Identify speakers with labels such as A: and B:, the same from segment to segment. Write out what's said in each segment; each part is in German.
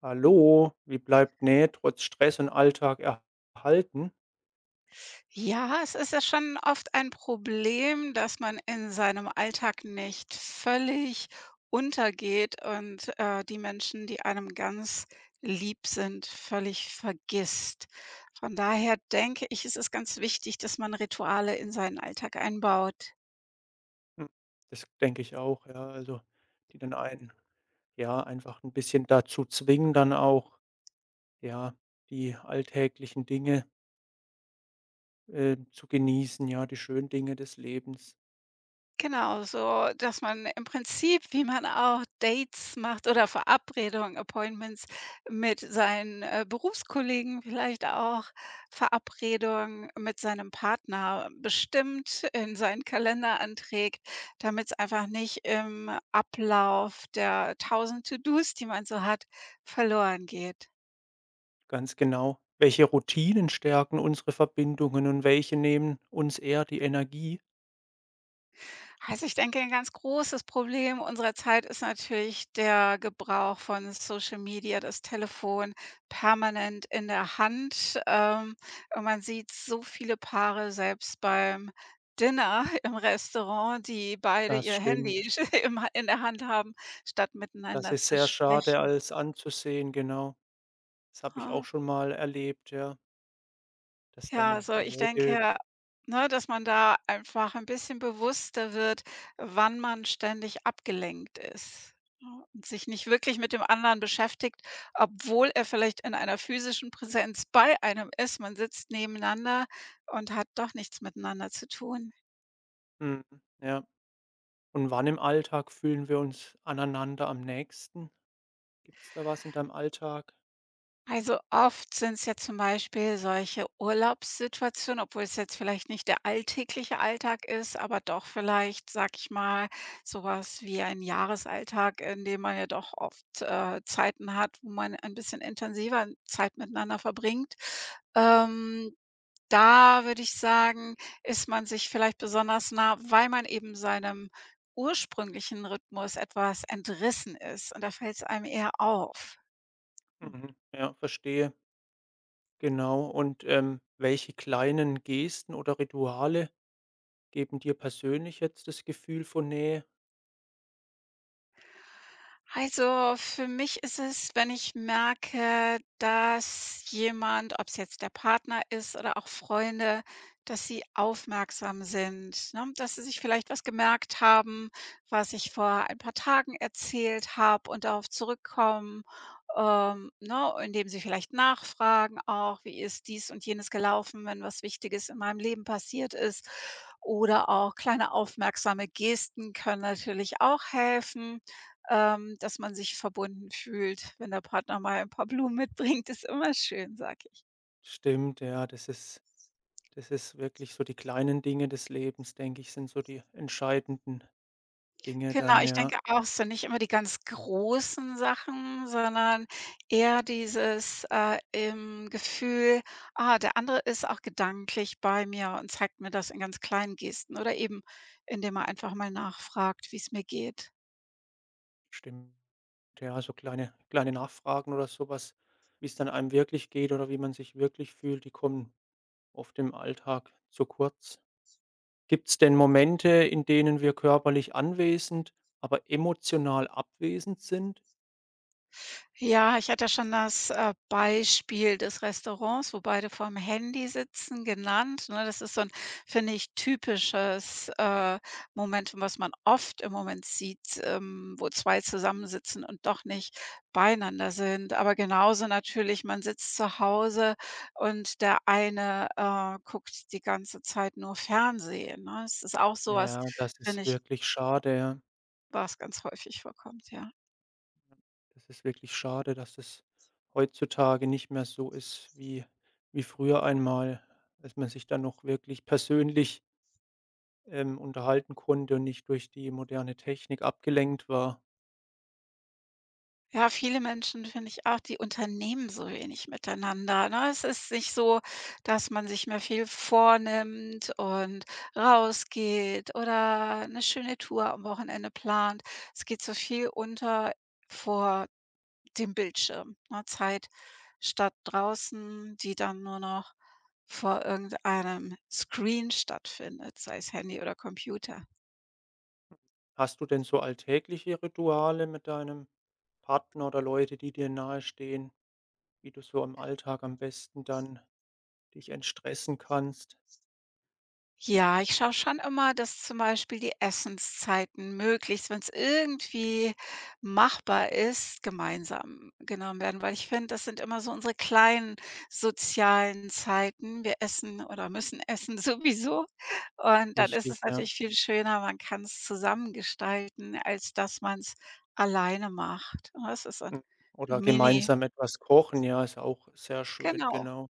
A: Hallo, wie bleibt Nähe trotz Stress und Alltag erhalten?
B: Ja, es ist ja schon oft ein Problem, dass man in seinem Alltag nicht völlig untergeht und, die Menschen, die einem ganz lieb sind, völlig vergisst. Von daher denke ich, es ist ganz wichtig, dass man Rituale in seinen Alltag einbaut.
A: Hm, das denke ich auch, ja, also, die dann einen ja, einfach ein bisschen dazu zwingen, dann auch, ja, die alltäglichen Dinge, zu genießen, ja, die schönen Dinge des Lebens.
B: Genau, so, dass man im Prinzip, wie man auch Dates macht oder Verabredungen, Appointments mit seinen, Berufskollegen, vielleicht auch Verabredungen mit seinem Partner bestimmt in seinen Kalender anträgt, damit es einfach nicht im Ablauf der 1.000 To-dos, die man so hat, verloren geht.
A: Ganz genau. Welche Routinen stärken unsere Verbindungen und welche nehmen uns eher die Energie?
B: Also, ich denke, ein ganz großes Problem unserer Zeit ist natürlich der Gebrauch von Social Media, das Telefon permanent in der Hand. Und man sieht so viele Paare selbst beim Dinner im Restaurant, die beide
A: Das
B: ihr Handy
A: stimmt.
B: sch im ha in der Hand haben, statt
A: Das
B: miteinander
A: ist
B: zu
A: sehr schade
B: sprechen.
A: als anzusehen, genau. Das habe ich auch
B: Ah.
A: schon mal erlebt, ja. Dass
B: Ja,
A: dann
B: also
A: die
B: ich
A: Leute
B: denke, ne, dass man da einfach ein bisschen bewusster wird, wann man ständig abgelenkt ist, ne, und sich nicht wirklich mit dem anderen beschäftigt, obwohl er vielleicht in einer physischen Präsenz bei einem ist. Man sitzt nebeneinander und hat doch nichts miteinander zu tun.
A: mhm, ja. Und wann im Alltag fühlen wir uns aneinander am nächsten? Gibt es da was in deinem Alltag?
B: Also oft sind es ja zum Beispiel solche Urlaubssituationen, obwohl es jetzt vielleicht nicht der alltägliche Alltag ist, aber doch vielleicht, sag ich mal, sowas wie ein Jahresalltag, in dem man ja doch oft, Zeiten hat, wo man ein bisschen intensiver Zeit miteinander verbringt. Ähm, da würde ich sagen, ist man sich vielleicht besonders nah, weil man eben seinem ursprünglichen Rhythmus etwas entrissen ist und da fällt es einem eher auf.
A: Mhm, ja, verstehe. Genau. Und, welche kleinen Gesten oder Rituale geben dir persönlich jetzt das Gefühl von Nähe?
B: Also, für mich ist es, wenn ich merke, dass jemand, ob es jetzt der Partner ist oder auch Freunde, dass sie aufmerksam sind, ne? Dass sie sich vielleicht was gemerkt haben, was ich vor ein paar Tagen erzählt habe und darauf zurückkommen, ne? Indem sie vielleicht nachfragen auch: „Wie ist dies und jenes gelaufen, wenn was Wichtiges in meinem Leben passiert ist?" Oder auch kleine aufmerksame Gesten können natürlich auch helfen, dass man sich verbunden fühlt. Wenn der Partner mal ein paar Blumen mitbringt, ist immer schön, sage ich.
A: Stimmt, ja, das ist wirklich so die kleinen Dinge des Lebens, denke ich, sind so die entscheidenden Dinge
B: Genau,
A: dann,
B: ich
A: ja.
B: denke auch so, nicht immer die ganz großen Sachen, sondern eher dieses, im Gefühl: „Ah, der andere ist auch gedanklich bei mir und zeigt mir das in ganz kleinen Gesten" oder eben, indem er einfach mal nachfragt, wie es mir geht.
A: Stimmt. Ja, so kleine Nachfragen oder sowas wie es dann einem wirklich geht oder wie man sich wirklich fühlt, die kommen oft im Alltag zu kurz. Gibt's denn Momente, in denen wir körperlich anwesend, aber emotional abwesend sind?
B: Ja, ich hatte ja schon das, Beispiel des Restaurants, wo beide vorm Handy sitzen, genannt, ne? Das ist so ein, finde ich, typisches, Momentum, was man oft im Moment sieht, wo 2 zusammensitzen und doch nicht beieinander sind. Aber genauso natürlich, man sitzt zu Hause und der eine, guckt die ganze Zeit nur Fernsehen, ne? Es ist auch sowas,
A: Ja, das
B: finde
A: ist
B: ich,
A: wirklich schade, ja.
B: was ganz häufig vorkommt, ja.
A: Das ist wirklich schade, dass es heutzutage nicht mehr so ist wie früher einmal, als man sich dann noch wirklich persönlich, unterhalten konnte und nicht durch die moderne Technik abgelenkt war.
B: Ja, viele Menschen finde ich auch, die unternehmen so wenig miteinander, ne? Es ist nicht so, dass man sich mehr viel vornimmt und rausgeht oder eine schöne Tour am Wochenende plant. Es geht so viel unter vor dem Bildschirm, ne? Zeit statt draußen, die dann nur noch vor irgendeinem Screen stattfindet, sei es Handy oder Computer.
A: Hast du denn so alltägliche Rituale mit deinem Partner oder Leute, die dir nahestehen, wie du so im Alltag am besten dann dich entstressen kannst?
B: Ja, ich schaue schon immer, dass zum Beispiel die Essenszeiten möglichst, wenn es irgendwie machbar ist, gemeinsam genommen werden, weil ich finde, das sind immer so unsere kleinen sozialen Zeiten. Wir essen oder müssen essen sowieso. Und dann ist
A: Wichtig,
B: es
A: ja.
B: natürlich viel schöner, man kann's zusammen gestalten, als dass man es alleine macht. Und das ist so 'n
A: Mhm. Oder
B: Mini,
A: gemeinsam etwas kochen, ja, ist auch sehr schön,
B: genau.
A: genau.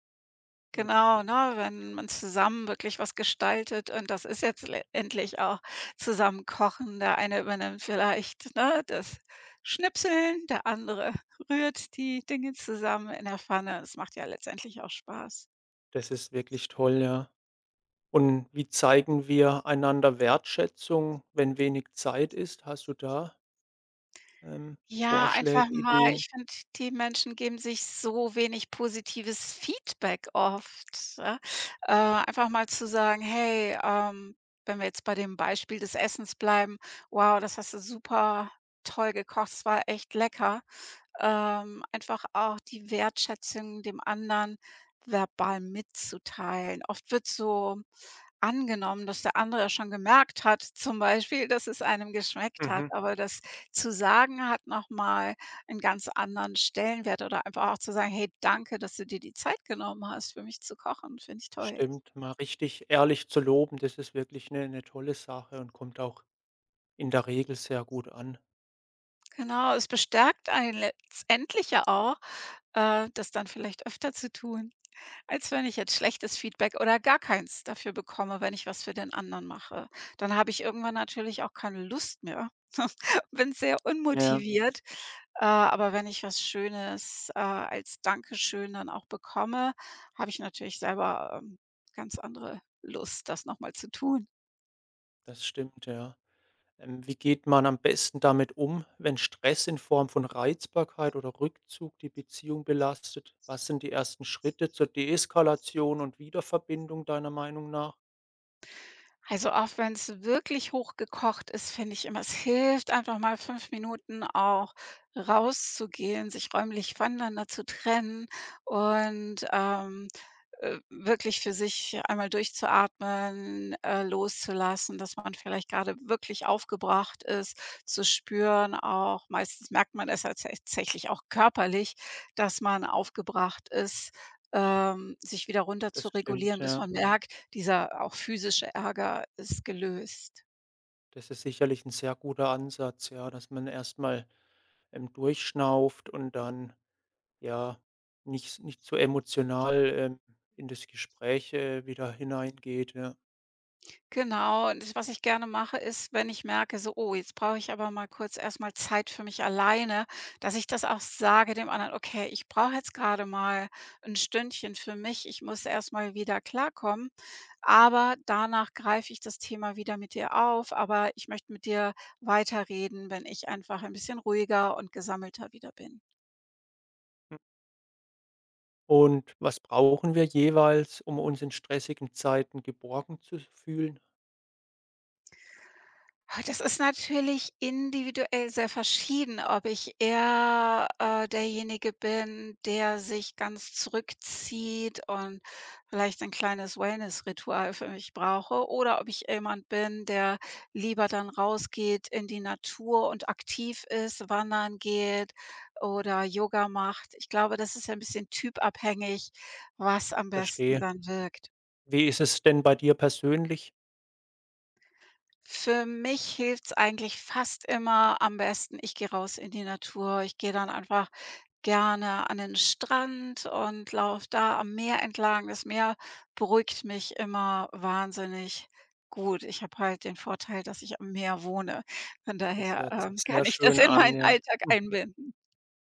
A: Mhm.
B: Genau, ne, wenn man zusammen wirklich was gestaltet und das ist jetzt endlich auch zusammen kochen. Der eine übernimmt vielleicht, ne, das Schnipseln, der andere rührt die Dinge zusammen in der Pfanne. Es macht ja letztendlich auch Spaß.
A: Das ist wirklich toll, ja. Und wie zeigen wir einander Wertschätzung, wenn wenig Zeit ist? Hast du da, ähm,
B: Ja, einfach
A: Vorschläge,
B: mal,
A: Ideen?
B: ich finde, die Menschen geben sich so wenig positives Feedback oft, ja? Einfach mal zu sagen: „Hey," wenn wir jetzt bei dem Beispiel des Essens bleiben: „Wow, das hast du super toll gekocht, es war echt lecker." Einfach auch die Wertschätzung dem anderen verbal mitzuteilen. Oft wird so angenommen, dass der andere ja schon gemerkt hat, zum Beispiel, dass es einem geschmeckt hat,
A: Mhm.
B: aber das zu sagen hat nochmal einen ganz anderen Stellenwert oder einfach auch zu sagen: „Hey, danke, dass du dir die Zeit genommen hast, für mich zu kochen." Finde ich toll.
A: Stimmt, mal richtig ehrlich zu loben, das ist wirklich eine tolle Sache und kommt auch in der Regel sehr gut an.
B: Genau, es bestärkt einen letztendlich ja auch, das dann vielleicht öfter zu tun, als wenn ich jetzt schlechtes Feedback oder gar keins dafür bekomme, wenn ich was für den anderen mache. Dann habe ich irgendwann natürlich auch keine Lust mehr, bin sehr
A: Ja,
B: unmotiviert. Aber wenn ich was Schönes, als Dankeschön dann auch bekomme, habe ich natürlich selber, ganz andere Lust, das noch mal zu tun.
A: das stimmt, ja. Wie geht man am besten damit um, wenn Stress in Form von Reizbarkeit oder Rückzug die Beziehung belastet? Was sind die ersten Schritte zur Deeskalation und Wiederverbindung deiner Meinung nach?
B: Also auch wenn es wirklich hochgekocht ist, finde ich immer, es hilft einfach mal 5 Minuten auch rauszugehen, sich räumlich voneinander zu trennen und, wirklich für sich einmal durchzuatmen, loszulassen, dass man vielleicht gerade wirklich aufgebracht ist, zu spüren auch. Meistens merkt man es ja tatsächlich auch körperlich, dass man aufgebracht ist, sich wieder runter
A: Das
B: zu
A: stimmt,
B: regulieren, bis
A: ja.
B: man merkt, dieser auch physische Ärger ist gelöst.
A: Das ist sicherlich ein sehr guter Ansatz, ja, dass man erstmal mal, durchschnauft und dann, ja, nicht so emotional, in das Gespräch, wieder hineingeht, ja.
B: Genau, und das, was ich gerne mache, ist, wenn ich merke, so: „Oh, jetzt brauche ich aber mal kurz erstmal Zeit für mich alleine", dass ich das auch sage dem anderen: „Okay, ich brauche jetzt gerade mal ein Stündchen für mich. Ich muss erstmal wieder klarkommen, aber danach greife ich das Thema wieder mit dir auf, aber ich möchte mit dir weiterreden, wenn ich einfach ein bisschen ruhiger und gesammelter wieder bin."
A: Und was brauchen wir jeweils, um uns in stressigen Zeiten geborgen zu fühlen?
B: Ah, das ist natürlich individuell sehr verschieden, ob ich eher, derjenige bin, der sich ganz zurückzieht und vielleicht ein kleines Wellness-Ritual für mich brauche oder ob ich jemand bin, der lieber dann rausgeht in die Natur und aktiv ist, wandern geht oder Yoga macht. Ich glaube, das ist ja 'n bisschen typabhängig, was am besten
A: Verstehe.
B: dann wirkt.
A: Wie ist es denn bei dir persönlich?
B: Für mich hilft's eigentlich fast immer am besten, ich gehe raus in die Natur. Ich gehe dann einfach gerne an den Strand und laufe da am Meer entlang. Das Meer beruhigt mich immer wahnsinnig gut. Ich habe halt den Vorteil, dass ich am Meer wohne. Von
A: Das
B: daher,
A: hört sich
B: kann
A: sehr
B: ich das
A: schön
B: in
A: an,
B: meinen
A: ja.
B: Alltag
A: Mhm.
B: einbinden.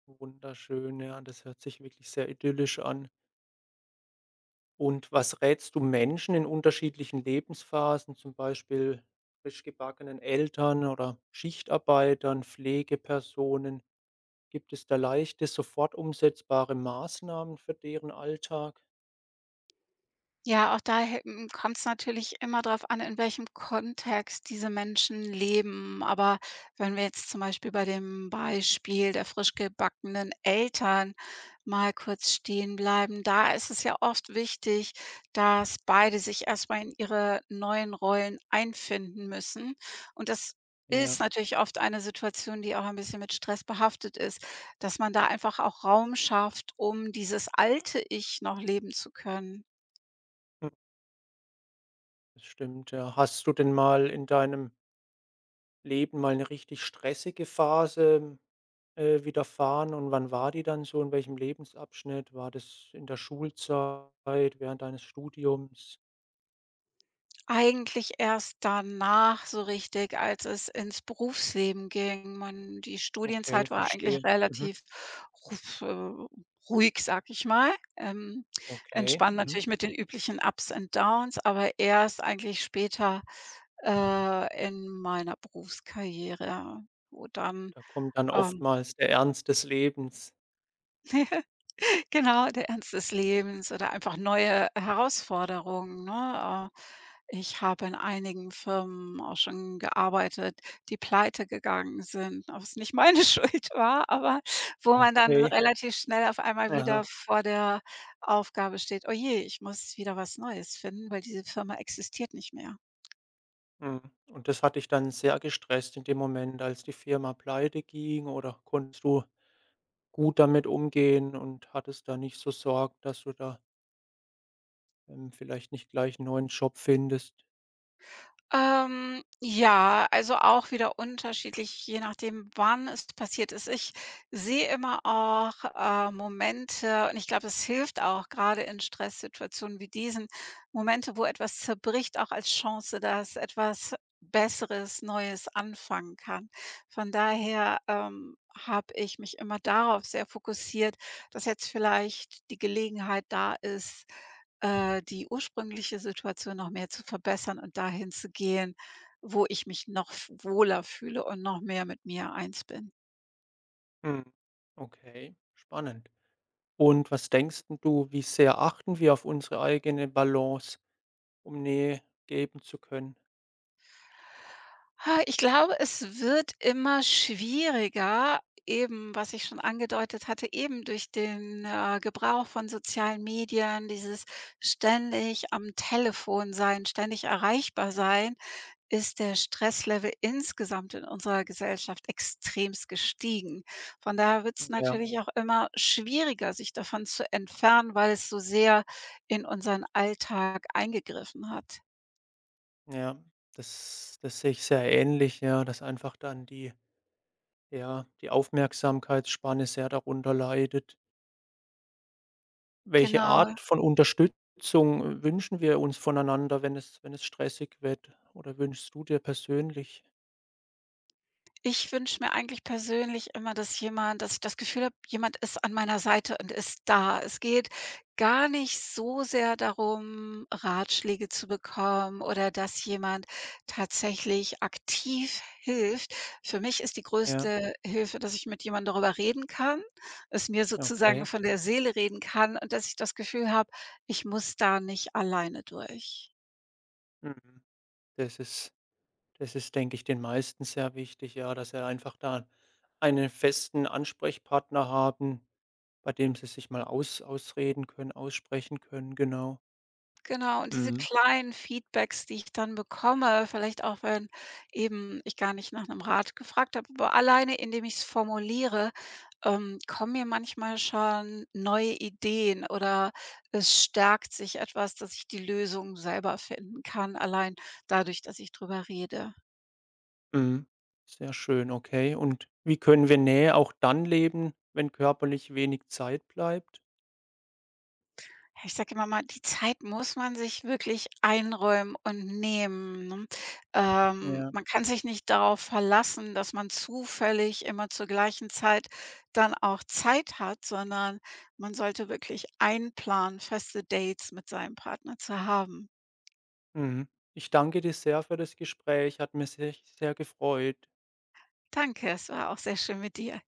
A: Wunderschön, ja, das hört sich wirklich sehr idyllisch an. Und was rätst du Menschen in unterschiedlichen Lebensphasen, zum Beispiel frisch gebackenen Eltern oder Schichtarbeitern, Pflegepersonen? Gibt es da leichte, sofort umsetzbare Maßnahmen für deren Alltag?
B: Ja, auch da kommt es natürlich immer darauf an, in welchem Kontext diese Menschen leben. Aber wenn wir jetzt zum Beispiel bei dem Beispiel der frisch gebackenen Eltern mal kurz stehen bleiben, da ist es ja oft wichtig, dass beide sich erstmal in ihre neuen Rollen einfinden müssen. Und das
A: Ja.
B: ist natürlich oft eine Situation, die auch ein bisschen mit Stress behaftet ist, dass man da einfach auch Raum schafft, um dieses alte Ich noch leben zu können.
A: Das stimmt, ja. Hast du denn mal in deinem Leben mal 'ne richtig stressige Phase, widerfahren und wann war die dann so? In welchem Lebensabschnitt? War das in der Schulzeit, während deines Studiums?
B: Eigentlich erst danach so richtig, als es ins Berufsleben ging. Man, die
A: Okay,
B: Studienzeit war eigentlich
A: verstehe. Mhm.
B: relativ ruf ruhig, sag ich mal,
A: Okay,
B: entspannt
A: mhm.
B: natürlich mit den üblichen Ups und Downs, aber erst eigentlich später, in meiner Berufskarriere, wo dann,
A: Da kommt dann
B: ähm
A: oftmals der Ernst des Lebens.
B: genau, der Ernst des Lebens oder einfach neue Herausforderungen, ne? Ich habe in einigen Firmen auch schon gearbeitet, die Pleite gegangen sind, was nicht meine Schuld war, aber wo man dann
A: Okay.
B: relativ schnell auf einmal
A: Aha.
B: wieder vor der Aufgabe steht: „Oh je, ich muss wieder was Neues finden, weil diese Firma existiert nicht mehr."
A: Mhm. Und das hat dich dann sehr gestresst in dem Moment, als die Firma pleite ging, oder konntest du gut damit umgehen und hattest da nicht so Sorgen, dass du da vielleicht nicht gleich 'n neuen Job findest.
B: Ja, also auch wieder unterschiedlich, je nachdem, wann es passiert ist. Ich sehe immer auch, Momente, und ich glaube, es hilft auch gerade in Stresssituationen wie diesen, Momente, wo etwas zerbricht, auch als Chance, dass etwas Besseres, Neues anfangen kann. Von daher, habe ich mich immer darauf sehr fokussiert, dass jetzt vielleicht die Gelegenheit da ist, die ursprüngliche Situation noch mehr zu verbessern und dahin zu gehen, wo ich mich noch f wohler fühle und noch mehr mit mir eins bin.
A: Mhm. Okay, spannend. Und was denkst 'n du, wie sehr achten wir auf unsere eigene Balance, um Nähe geben zu können?
B: Ha, ich glaube, es wird immer schwieriger, eben, was ich schon angedeutet hatte, eben durch den, Gebrauch von sozialen Medien, dieses ständig am Telefon sein, ständig erreichbar sein, ist der Stresslevel insgesamt in unserer Gesellschaft extremst gestiegen. Von daher wird es
A: Mhm. Ja,
B: natürlich auch immer schwieriger, sich davon zu entfernen, weil es so sehr in unseren Alltag eingegriffen hat.
A: ja, das sehe ich sehr ähnlich, ja, dass einfach dann die ja, die Aufmerksamkeitsspanne sehr darunter leidet. Welche Mhm.
B: Genau.
A: Art von Unterstützung wünschen wir uns voneinander, wenn es stressig wird oder wünschst du dir persönlich?
B: Ich wünsche mir eigentlich persönlich immer, dass jemand, dass ich das Gefühl habe, jemand ist an meiner Seite und ist da. Es geht gar nicht so sehr darum, Ratschläge zu bekommen oder dass jemand tatsächlich aktiv hilft. Für mich ist die
A: Ja,
B: größte Hilfe, dass ich mit jemandem darüber reden kann, es mir sozusagen
A: okay.
B: von der Seele reden kann und dass ich das Gefühl habe, ich muss da nicht alleine durch.
A: Mhm. Das ist Das ist, denke ich, den meisten sehr wichtig, ja, dass sie einfach da einen festen Ansprechpartner haben, bei dem sie sich mal ausreden können, aussprechen können, genau.
B: Genau, und diese
A: Mhm,
B: kleinen Feedbacks, die ich dann bekomme, vielleicht auch, wenn eben ich gar nicht nach einem Rat gefragt habe, aber alleine, indem ich es formuliere, kommen mir manchmal schon neue Ideen oder es stärkt sich etwas, dass ich die Lösung selber finden kann, allein dadurch, dass ich drüber rede.
A: mhm. Sehr schön, okay. Und wie können wir Nähe auch dann leben, wenn körperlich wenig Zeit bleibt?
B: Ja, ich sage immer mal, die Zeit muss man sich wirklich einräumen und nehmen, ne? Ähm,
A: Ja,
B: man kann sich nicht darauf verlassen, dass man zufällig immer zur gleichen Zeit dann auch Zeit hat, sondern man sollte wirklich einplanen, feste Dates mit seinem Partner zu haben.
A: mhm. Ich danke dir sehr für das Gespräch, hat mir sehr gefreut.
B: Danke, es war auch sehr schön mit dir.